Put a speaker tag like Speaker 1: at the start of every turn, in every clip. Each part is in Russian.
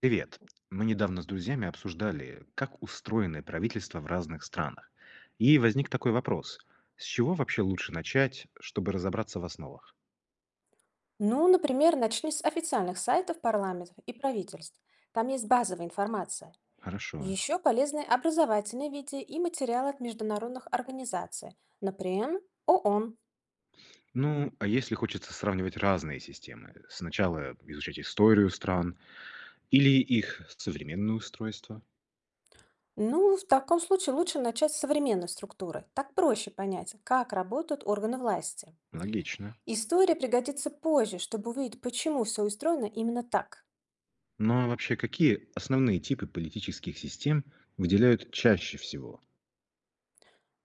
Speaker 1: Привет. Мы недавно с друзьями обсуждали, как устроены правительства в разных странах. И возник такой вопрос. С чего вообще лучше начать, чтобы разобраться в основах?
Speaker 2: Ну, например, начни с официальных сайтов парламентов и правительств. Там есть базовая информация.
Speaker 1: Хорошо.
Speaker 2: Еще полезные образовательные видео и материалы от международных организаций, например, ООН.
Speaker 1: Ну, а если хочется сравнивать разные системы? Сначала изучать историю стран или их современное устройство?
Speaker 2: Ну, в таком случае лучше начать с современной структуры. Так проще понять, как работают органы власти.
Speaker 1: Логично.
Speaker 2: История пригодится позже, чтобы увидеть, почему все устроено именно так.
Speaker 1: Ну а вообще, какие основные типы политических систем выделяют чаще всего?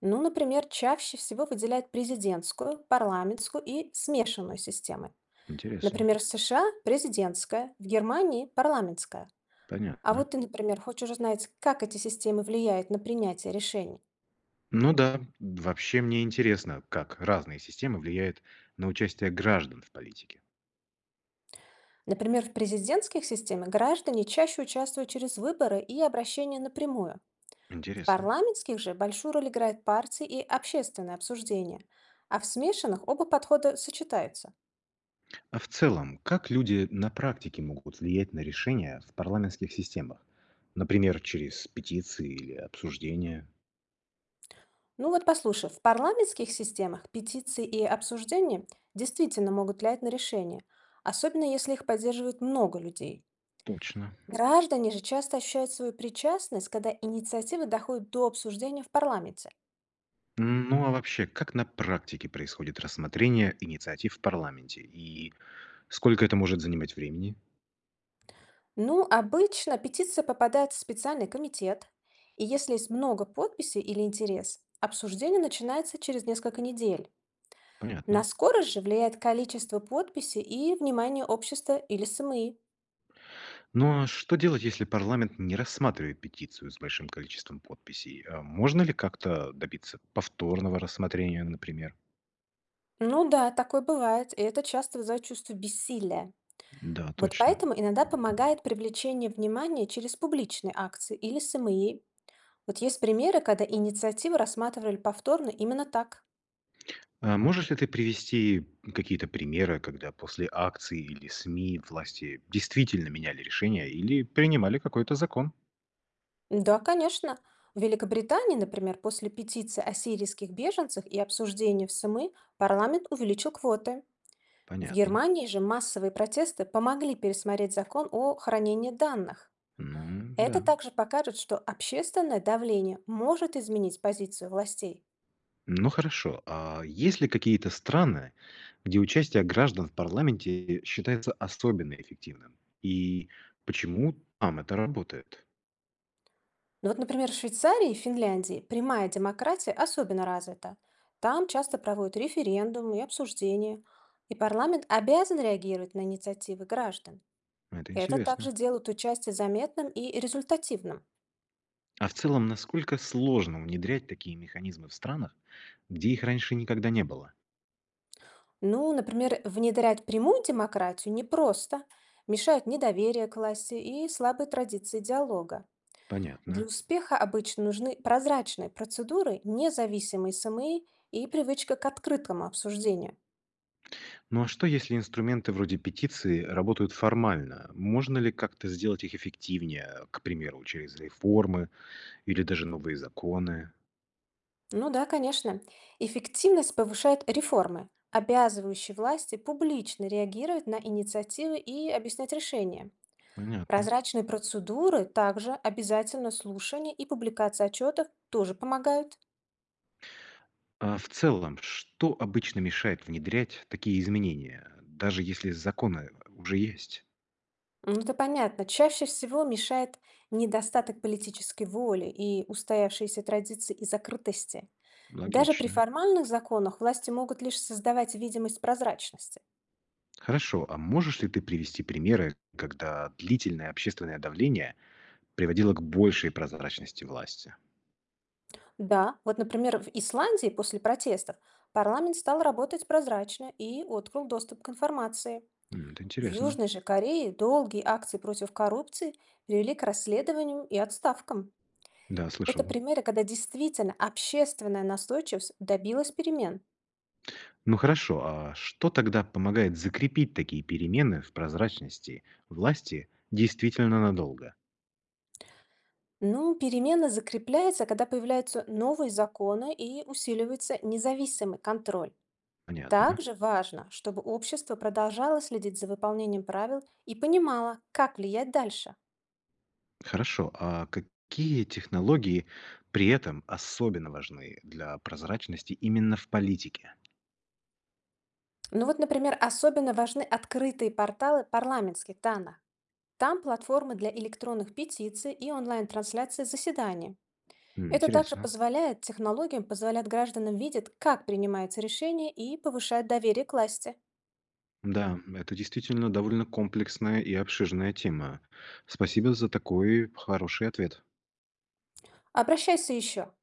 Speaker 2: Ну, например, чаще всего выделяют президентскую, парламентскую и смешанную системы.
Speaker 1: Интересно.
Speaker 2: Например, в США президентская, в Германии парламентская. А
Speaker 1: Понятно.
Speaker 2: вот ты, например, хочешь узнать, как эти системы влияют на принятие решений.
Speaker 1: Ну да, вообще мне интересно, как разные системы влияют на участие граждан в политике.
Speaker 2: Например, в президентских системах граждане чаще участвуют через выборы и обращения напрямую. В
Speaker 1: Интересно.
Speaker 2: парламентских же большую роль играет партии и общественное обсуждение. А в смешанных оба подхода сочетаются.
Speaker 1: А в целом, как люди на практике могут влиять на решения в парламентских системах? Например, через петиции или обсуждения?
Speaker 2: Ну вот послушай, в парламентских системах петиции и обсуждения действительно могут влиять на решения, особенно если их поддерживает много людей.
Speaker 1: Точно.
Speaker 2: Граждане же часто ощущают свою причастность, когда инициатива доходит до обсуждения в парламенте.
Speaker 1: Ну а вообще, как на практике происходит рассмотрение инициатив в парламенте? И сколько это может занимать времени?
Speaker 2: Ну, обычно петиция попадает в специальный комитет, и если есть много подписей или интерес, обсуждение начинается через несколько недель. На
Speaker 1: Понятно.
Speaker 2: скорость же влияет количество подписей и внимание общества или СМИ.
Speaker 1: Ну а что делать, если парламент не рассматривает петицию с большим количеством подписей? А можно ли как-то добиться повторного рассмотрения, например?
Speaker 2: Ну да, такое бывает, и это часто вызывает чувство бессилия.
Speaker 1: Да,
Speaker 2: Вот
Speaker 1: точно.
Speaker 2: поэтому иногда помогает привлечение внимания через публичные акции или СМИ. Вот есть примеры, когда инициативы рассматривали повторно именно так.
Speaker 1: А можешь ли ты привести какие-то примеры, когда после акций или СМИ власти действительно меняли решение или принимали какой-то закон?
Speaker 2: Да, конечно. В Великобритании, например, после петиции о сирийских беженцах и обсуждения в СМИ парламент увеличил квоты. В
Speaker 1: Понятно.
Speaker 2: Германии же массовые протесты помогли пересмотреть закон о хранении данных.
Speaker 1: Ну,
Speaker 2: Это
Speaker 1: да.
Speaker 2: также покажет, что общественное давление может изменить позицию властей.
Speaker 1: Ну хорошо, а есть ли какие-то страны, где участие граждан в парламенте считается особенно эффективным? И почему там это работает?
Speaker 2: Ну вот, например, в Швейцарии и Финляндии прямая демократия особенно развита. Там часто проводят референдумы и обсуждения, и парламент обязан реагировать на инициативы граждан.
Speaker 1: Это
Speaker 2: Это
Speaker 1: интересно.
Speaker 2: также делает участие заметным и результативным.
Speaker 1: А в целом, насколько сложно внедрять такие механизмы в странах, где их раньше никогда не было?
Speaker 2: Ну, например, внедрять прямую демократию непросто, мешают недоверие к власти и слабые традиции диалога. Для
Speaker 1: Понятно.
Speaker 2: успеха обычно нужны прозрачные процедуры, независимые СМИ и привычка к открытому обсуждению.
Speaker 1: Ну а что, если инструменты вроде петиции работают формально? Можно ли как-то сделать их эффективнее, к примеру, через реформы или даже новые законы?
Speaker 2: Ну да, конечно. Эффективность повышает реформы, обязывающие власти публично реагировать на инициативы и объяснять решения.
Speaker 1: Понятно.
Speaker 2: Прозрачные процедуры, также обязательно слушание и публикация отчетов тоже помогают.
Speaker 1: А в целом, что обычно мешает внедрять такие изменения, даже если законы уже есть?
Speaker 2: Ну, это понятно. Чаще всего мешает недостаток политической воли и устоявшиеся традиции и закрытости. Даже при
Speaker 1: Логично.
Speaker 2: формальных законах власти могут лишь создавать видимость прозрачности.
Speaker 1: Хорошо, а можешь ли ты привести примеры, когда длительное общественное давление приводило к большей прозрачности власти?
Speaker 2: Да, вот, например, в Исландии после протестов парламент стал работать прозрачно и открыл доступ к информации.
Speaker 1: М, это
Speaker 2: В
Speaker 1: интересно.
Speaker 2: Южной же Корее долгие акции против коррупции привели к расследованию и отставкам.
Speaker 1: Да,
Speaker 2: Это
Speaker 1: слышал.
Speaker 2: примеры, когда действительно общественная настойчивость добилась перемен.
Speaker 1: Ну хорошо, а что тогда помогает закрепить такие перемены в прозрачности власти действительно надолго?
Speaker 2: Ну, перемена закрепляется, когда появляются новые законы и усиливается независимый контроль.
Speaker 1: Понятно.
Speaker 2: Также важно, чтобы общество продолжало следить за выполнением правил и понимало, как влиять дальше.
Speaker 1: Хорошо, а какие технологии при этом особенно важны для прозрачности именно в политике?
Speaker 2: Ну вот, например, особенно важны открытые порталы парламентских данных. Там платформы для электронных петиций и онлайн-трансляции заседаний.
Speaker 1: М,
Speaker 2: Это также
Speaker 1: интересно.
Speaker 2: позволяет, технологиям позволяет гражданам видеть, как принимаются решения и повышает доверие к власти.
Speaker 1: Да, это действительно довольно комплексная и обширная тема. Спасибо за такой хороший ответ.
Speaker 2: Обращайся еще.